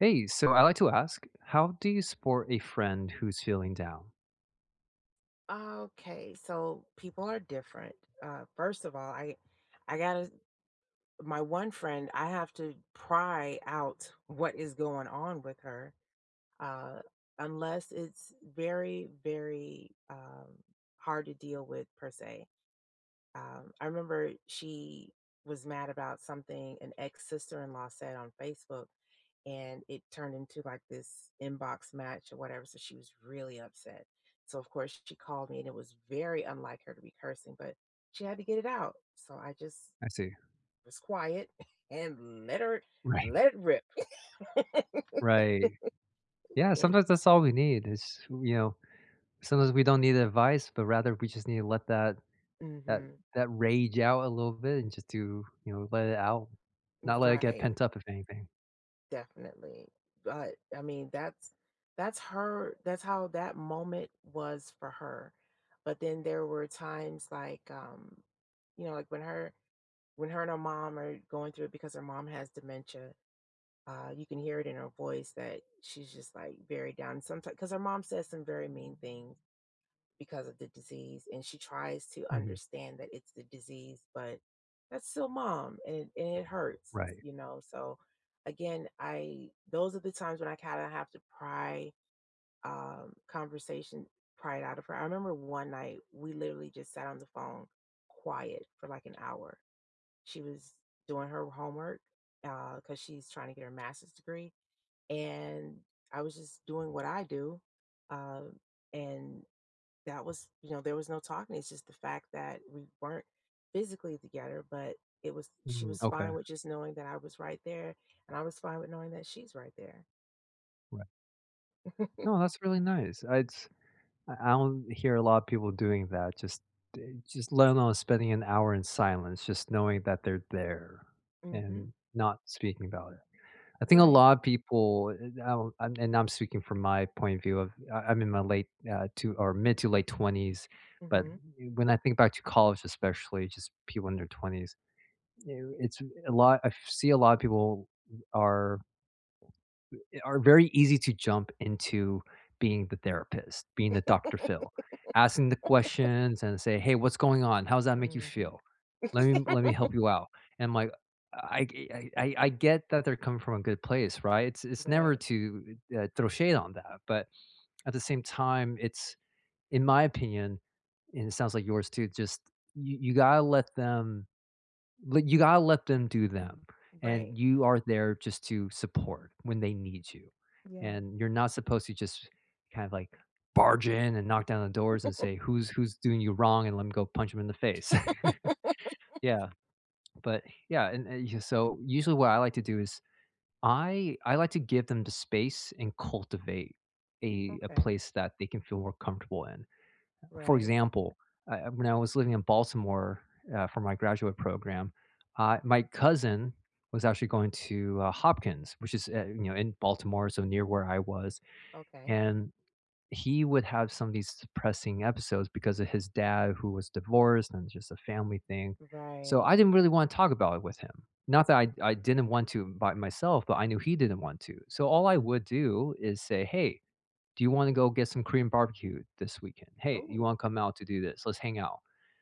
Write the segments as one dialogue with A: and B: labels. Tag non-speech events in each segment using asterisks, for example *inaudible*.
A: Hey, so I like to ask, how do you support a friend who's feeling down?
B: Okay, so people are different. First of all, I gotta my one friend, I have to pry out what is going on with her, uh, unless it's very, very hard to deal with per se. I remember she was mad about something an ex sister-in-law said on Facebook, and it turned into like this inbox match or whatever. So she was really upset. So of course she called me, and it was very unlike her to be cursing, but she had to get it out. So I just
A: I see.
B: was quiet *laughs* and
A: Right.
B: let it rip. *laughs*
A: Right. Yeah, sometimes that's all we need. Sometimes we don't need advice, but rather we just need to let that
B: hmm
A: that rage out a little bit and just do, you know, let it out. Not let it get
B: Right.
A: pent up if anything.
B: Definitely. But I mean, that's her, that's how that moment was for her. But then there were times like you know, when her and her mom are going through it because her mom has dementia. You can hear it in her voice that she's just like very down sometimes because her mom says some very mean things because of the disease, and she tries to
A: Mhm.
B: understand that it's the disease, but that's still mom, and it hurts,
A: Right.
B: you know. So again, I those are the times when I kind of have to pry conversation pry it out of her. I remember one night we literally just sat on the phone quiet for like an hour. She was doing her homework because she's trying to get her master's degree, and I was just doing what I do, um, and that was, you know, there was no talking. It's just the fact that we weren't physically together, but it was she
A: Mhm.
B: was fine
A: Okay.
B: with just knowing that I was right there, and I was fine with knowing that she's right there.
A: Right.
B: *laughs*
A: No, that's really nice. I don't hear a lot of people doing that, just just let alone spending an hour in silence, just knowing that they're there
B: Mm-hmm.
A: and not speaking about it. I think a
B: Right.
A: lot of people, and I don't and I'm speaking from my point of view of I'm in my late, to or mid to late 20s, but
B: Mm-hmm.
A: when I think back to college especially, just people in their 20s, you know, it's a lot I see a lot of people are are very easy to jump into being the therapist, being the Dr. Phil, asking the questions and say, "Hey, what's going on? How does that make you
B: Mm-hmm.
A: feel? Let me help you out." And I'm like, I I get that they're coming from a good place, right? It's never
B: Right,
A: to throw shade on that, but at the same time, it's in my opinion, and it sounds like yours too. Just you gotta let them but you gotta let them do them,
B: right,
A: and you are there just to support when they need you,
B: yeah.
A: and you're not supposed to just kind of, like, barge in and knock down the doors and say, "Who's doing you wrong?" and let 'em go punch them in the face. *laughs* Yeah, but yeah, and yeah, so usually what I like to do is I like to give them the space and cultivate a
B: Okay.
A: place that they can feel more comfortable in. For
B: Right.
A: example, when I was living in Baltimore for my graduate program, my cousin was actually going to Hopkins, which is you know in Baltimore, so near where I was,
B: Okay.
A: and he would have some of these depressing episodes because of his dad who was divorced and just a family thing. So
B: Right.
A: I didn't really want to talk about it with him. Not that I didn't want to by myself, but I knew he didn't want to. So all I would do is say, "Hey, "Do you wanna go get some Korean barbecue this weekend? Hey, you
B: Oh,
A: wanna come out to do this? Let's hang out."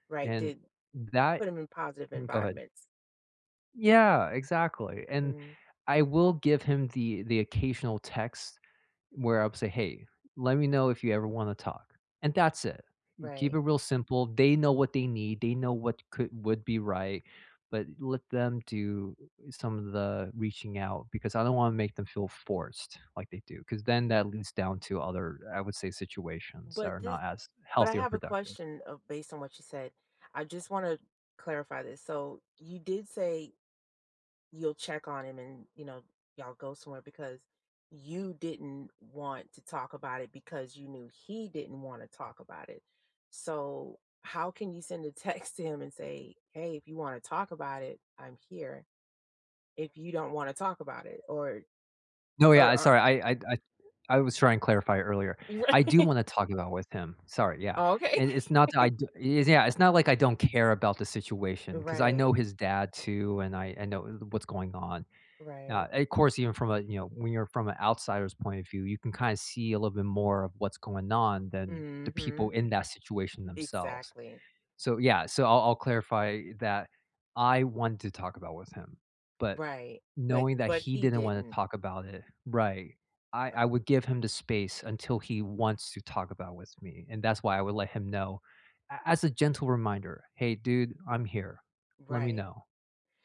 B: right.
A: And
B: Did
A: that
B: put them in positive
A: mm, go ahead.
B: environments.
A: Yeah, exactly, and
B: Mm,
A: I will give him the occasional text where I'll say, "Hey, let me know if you ever wanna talk," and that's it. You keep
B: right.
A: it real simple, they know what they need, they know what could would be right, but let them do some of the reaching out because I don't wanna make them feel forced like they do, because then that leads down to other, I would say, situations that
B: but
A: are
B: this
A: not as
B: but I
A: healthy or
B: have a
A: productive.
B: question. Of based on what you said, I just want to clarify this. So you did say you'll check on him and, you know, y'all go somewhere because you didn't want to talk about it because you knew he didn't want to talk about it. So how can you send a *laughs* text to him and say, "Hey, if you want to talk about it, I'm here, if you don't want to talk about it," or
A: No, yeah,
B: or,
A: I
B: or
A: sorry, I was trying to clarify earlier.
B: *laughs*
A: I
B: Right.
A: do wanna talk about with him. Sorry, yeah.
B: Okay.
A: And it's not that I d it's yeah, it's not like I don't care about the situation because I know
B: Right,
A: his dad too, and I know what's going on.
B: right.
A: Of course, even from a you know, when you're from an outsider's point of view, you can kinda see a little bit more of what's going on than the people
B: Mhm.
A: in that situation themselves.
B: Exactly.
A: So, yeah, so I'll clarify that I wanted to talk about with him, but
B: Right.
A: knowing that
B: But
A: he
B: he
A: didn't wanna
B: didn't
A: talk about it. Right.
B: Uh,
A: I would give him the space until he wants to talk about with me, and that's why I would let him know a as a gentle reminder, "Hey, dude, I'm here. Let me
B: right.
A: know."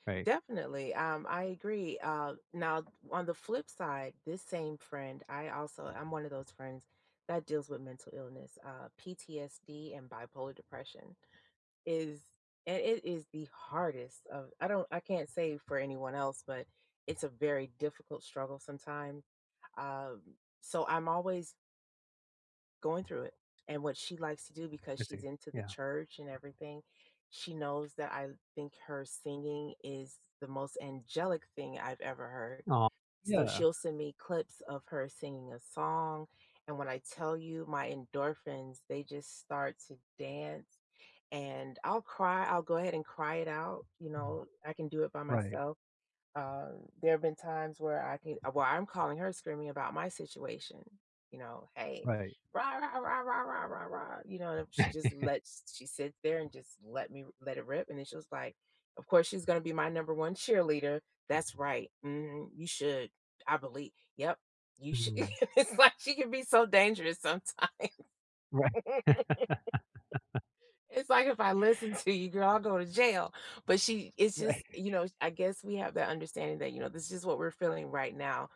A: Right.
B: Definitely. I agree. Now, on the flip side, this same friend, I'm one of those friends that deals with mental illness, PTSD and bipolar depression is, and it is the hardest of, I don't, I can't say for anyone else, but it's a very difficult struggle sometimes. Um, so I'm always going through it. And what she likes to do, because
A: I
B: she's
A: see.
B: into the
A: Yeah.
B: church and everything, she knows that I think her singing is the most angelic thing I've ever heard.
A: Oh,
B: So
A: yeah.
B: she'll send me clips of her singing a song. And when I tell you, my endorphins, they just start to dance, and I'll cry. I'll go ahead and cry it out. You
A: Mm.
B: know, I can do it by
A: Right,
B: myself. Um, there have been times where I'm calling her screaming about my situation. You know, hey,
A: right.
B: rah rah rah rah rah rah rah. You know, and she sits there and just let me let it rip. And then she was like, "Of course, she's gonna be my number one cheerleader. That's right. hmm you should. I believe. Yep, you should." *laughs*
A: Mhm.
B: It's like she can be so dangerous sometimes.
A: Right.
B: *laughs*
A: *laughs*
B: It's like, if I listen to you, girl, I'll go to jail. But she, it's just,
A: Right.
B: you know, I guess we have that understanding that, you know, this is what we're feeling right now.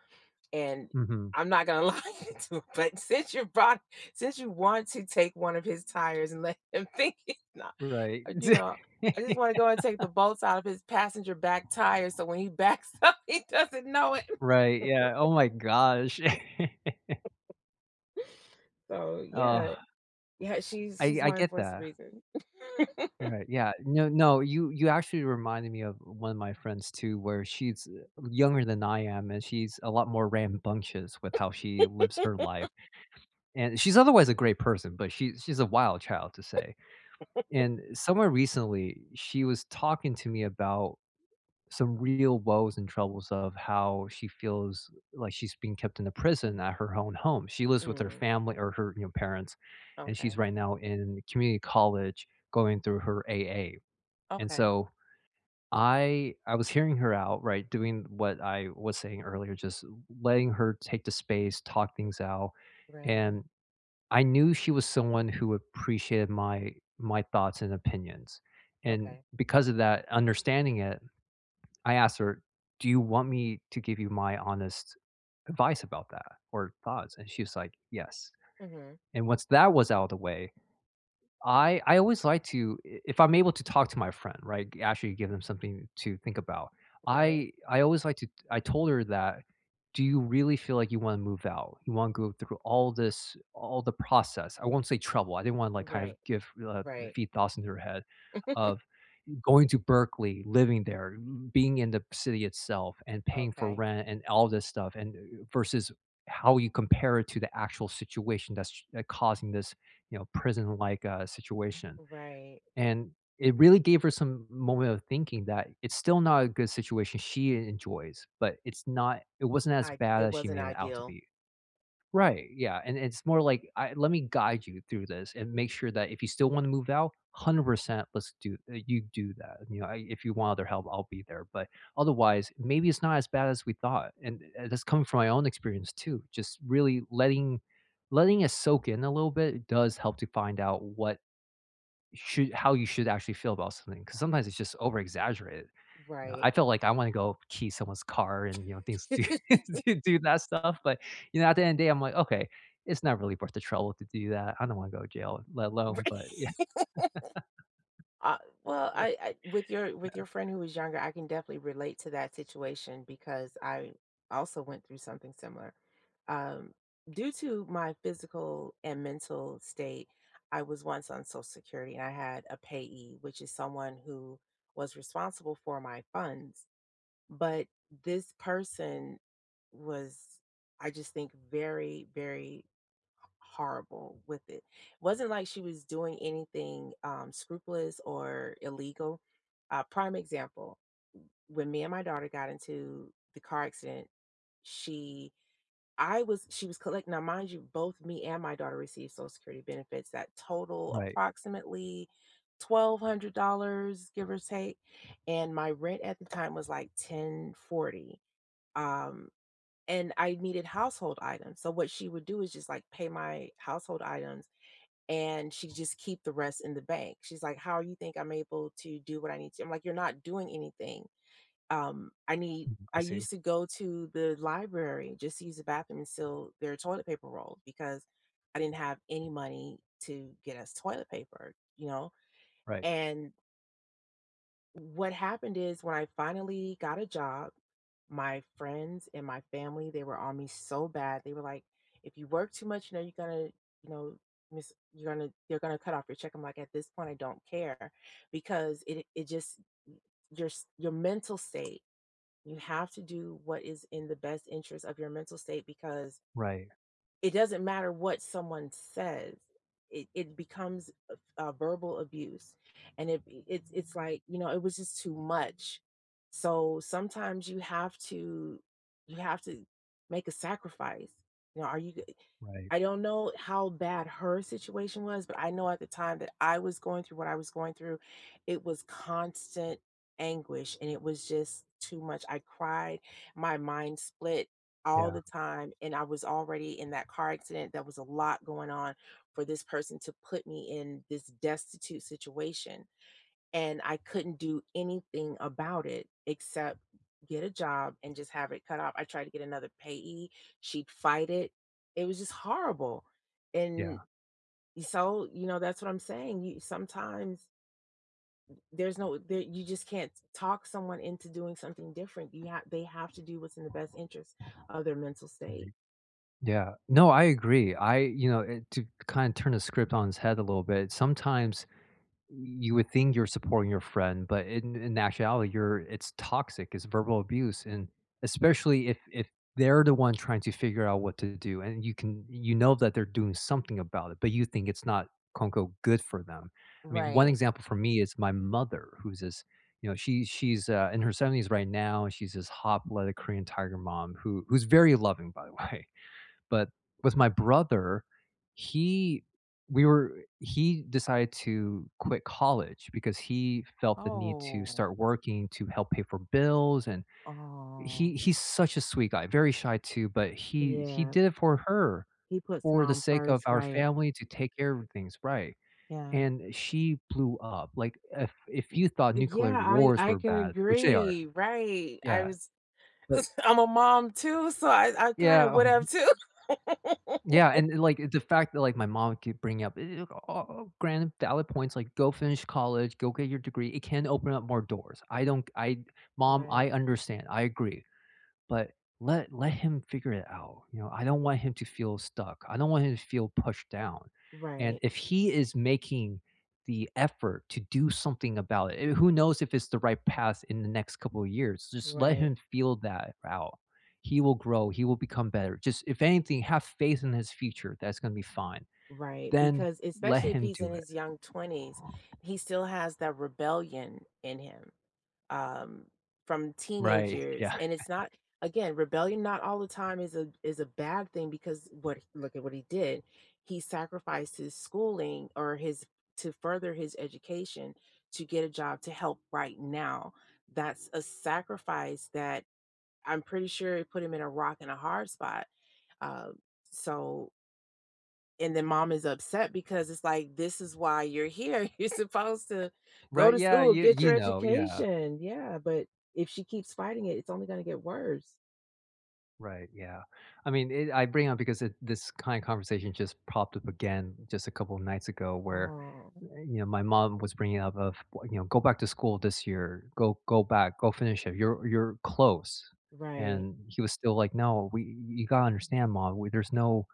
B: And
A: Mhm.
B: I'm not gonna *laughs* lie to you, but since you want to take one of his tires and let him *laughs* think it's not,
A: Right.
B: you know, I just wanna
A: *laughs*
B: go and take the bolts out of his passenger back tire, so when he backs *laughs* up, he doesn't know it.
A: Right, yeah. Oh my gosh. *laughs*
B: So, yeah.
A: Oh,
B: Yeah, she's she's
A: I
B: my
A: get
B: voice of
A: that.
B: reason.
A: Right, yeah. No, no, you actually reminded me of one of my friends too, where she's younger than I am, and she's a lot more rambunctious with how she lives her life. And she's otherwise a great person, but she's a wild child to say. And somewhere recently, she was talking to me about some real woes and troubles of how she feels like she's being kept in a prison at her own home. She lives with her
B: Mm,
A: family or her you know parents, and she's
B: okay.
A: right now in community college going through her AA. And
B: Okay.
A: so I was hearing her out, right, doing what I was saying earlier, just letting her take the space, talk things out,
B: Right.
A: and I knew she was someone who appreciated my thoughts and opinions. And
B: Okay.
A: because of that, understanding it, I asked her, "Do you want me to give you my honest advice about that or thoughts?" And she was like, "Yes."
B: Mhm.
A: And once that was out of the way, I always like to I if I'm able to talk to my friend, right, actually give them something to think about.
B: Right.
A: I always like to I told her that, "Do you really feel like you wanna move out? You wanna go through all the process." I won't say trouble, I didn't wanna, like, kind of
B: Right.
A: give,
B: Right.
A: feed thoughts into her head of going to Berkeley, living there, being in the city itself, and paying for
B: Okay.
A: rent and all this stuff, and versus how you compare it to the actual situation that's causing this, you know, prison-like situation.
B: Right.
A: And it really gave her some moment of thinking that it's still not a good situation she enjoys, but it's not. It wasn't as
B: I
A: bad
B: it
A: as she
B: wasn't
A: made it out to
B: ideal.
A: be. Right, yeah, and it's more like, I let me guide you through this and make sure that if you still wanna move out, 100% let's do you do that, you know, I if you want other help, I'll be there, but otherwise, maybe it's not as bad as we thought, and, that's coming from my own experience too, just really letting it soak in a little bit does help to find out what should how you should actually feel about something because sometimes it's just over exaggerated. You know,
B: Right.
A: I feel like I wanna go key someone's car and, you know, things do *laughs*
B: *laughs*
A: do that stuff, but, you know, at the end of the day, I'm like, "Okay, it's not really worth the trouble to do that. I don't wanna go to jail, let alone" but yeah.
B: Uh, well, I, with your
A: *laughs* yeah.
B: friend who was younger, I can definitely relate to that situation because I also went through something similar. Um, Due to my physical and mental state, I was once on Social Security and I had a payee, which is someone who was responsible for my funds. But this person was, I just think, very, very horrible with it. It wasn't like she was doing anything scrupulous or illegal. Prime example: when me and my daughter got into the car accident, she, she was collecting. Now, mind you, both me and my daughter received Social Security benefits that total
A: Right.
B: approximately $1,200, give or take, and my rent at the time was like 1040. Um, and I needed household items. So what she would do is just like pay my household items, and she just keep the rest in the bank. She's like, "How you think I'm able to do what I need to?" I'm like, "You're not doing anything. I need."
A: Mhm, I
B: I
A: see.
B: used to go to the library just to use the bathroom and steal their toilet paper roll because I didn't have any money to get us toilet paper, you know.
A: Right,
B: And what happened is, when I finally got a job, my friends and my family, they were on me so bad. They were like, if you work too much, you know, you're gonna, you know, miss you're gonna, they're gonna cut off your check. I'm like, at this point I don't care, because it just your your mental state. You have to do what is in the best interest of your mental state, because
A: right,
B: it doesn't matter what someone says. It becomes a verbal abuse, and it's like, you know, it was just too much. So, sometimes you have to, you have to make a sacrifice. You know, are you,
A: right.
B: I don't know how bad her situation was, but I know at the time that I was going through what I was going through, it was constant anguish, and it was just too much. I cried, my mind split all
A: Yeah,
B: the time, and I was already in that car accident. There was a lot going on for this person to put me in this destitute situation, and I couldn't do anything about it except get a job and just have it cut off. I tried to get another payee, she'd fight it. It was just horrible. And
A: yeah,
B: so, you know, that's what I'm saying. You sometimes, there's no there, you just can't talk someone into doing something different. You have They have to do what's in the best interest of their mental state.
A: right. Yeah. No, I agree. I You know, it to kinda turn the script on its head a little bit, sometimes you would think you're supporting your friend, but in actuality, you're it's toxic. It's verbal abuse, and especially if they're the one trying to figure out what to do, and you can you know that they're doing something about it, but you think it's not quote unquote good for them. I mean, one
B: Right.
A: example for me is my mother, who's this you know she's in her seventies right now, and she's this hot blooded Korean tiger mom who who's very loving by the *laughs* way, but with my brother, he we were he decided to quit college because he felt the need to
B: Oh.
A: start working to help pay for bills, and
B: Oh.
A: he's such a sweet guy, very shy too, but he
B: Yeah,
A: did it for her,
B: he puts
A: for the
B: mom
A: sake of
B: first,
A: our
B: right?
A: family to take care of things, right,
B: Yeah.
A: and she blew up, like, if you thought
B: Yeah,
A: nuclear wars
B: I
A: were
B: can
A: bad, which they are,
B: agree, right. I
A: yeah,
B: was
A: but
B: *laughs* I'm a mom too, so I kind of
A: yeah.
B: would have too. *laughs*
A: Yeah, and, like, the fact that, like, my mom keep bringing up, "Eh, all granted valid points, like, go finish college, go get your degree, it can open up more doors." I don't I Mom,
B: Right,
A: I understand, I agree but let him figure it out. You know, I don't want him to feel stuck. I don't want him to feel pushed down. And
B: right,
A: if he is making the effort to do something about it, eh, who knows if it's the right path in the next couple of years. Just let
B: right,
A: him feel that out. He will grow, he will become better. Just if anything, have faith in his future. That's gonna be fine.
B: right.
A: Then
B: Because
A: let
B: especially if
A: him
B: he's
A: do
B: in
A: it.
B: his young 20s, he still has that rebellion in him, um, from teenage
A: Right. *laughs*
B: years.
A: Yeah.
B: And it's not, again, rebellion not all the time is a bad thing, because what, look at what he did. He sacrificed his schooling or his to further his education to get a job to help right now. That's a sacrifice that, I'm pretty sure, it put him in a rock and a hard spot. Uh, so, and then mom is upset because it's like, "This is why you're here. *laughs* You're supposed to go
A: Right.
B: to
A: Yeah.
B: school,
A: You
B: get
A: you
B: your
A: know. Yeah.
B: education." Yeah, but if she keeps fighting it, it's only gonna get worse.
A: Right, yeah. I mean, it I bring up because it this kind of conversation just popped up again just a couple of nights ago where,
B: Oh,
A: eh, you know, my mom was bringing up of, w you know, "Go back to school this year. Go back. Go finish it. You're close."
B: right.
A: And he was still like, "No, we you gotta understand, mom. We there's no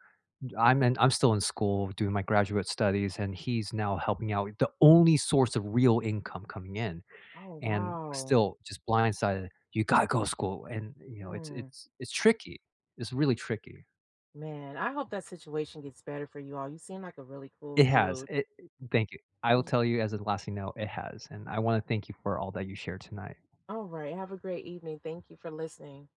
A: I'm in I'm still in school doing my graduate studies, and he's now helping out." The only source of real income coming in
B: Oh,
A: and
B: wow.
A: still just blindsided, "You gotta go to school," and, you know,
B: Mm,
A: it's tricky. It's really tricky.
B: man, I hope that situation gets better for you all. You seem like a really cool
A: It has.
B: dude.
A: Thank you. I will tell you as a lasting note, it has, and I wanna thank you for all that you shared tonight.
B: All right. Have a great evening. Thank you for listening.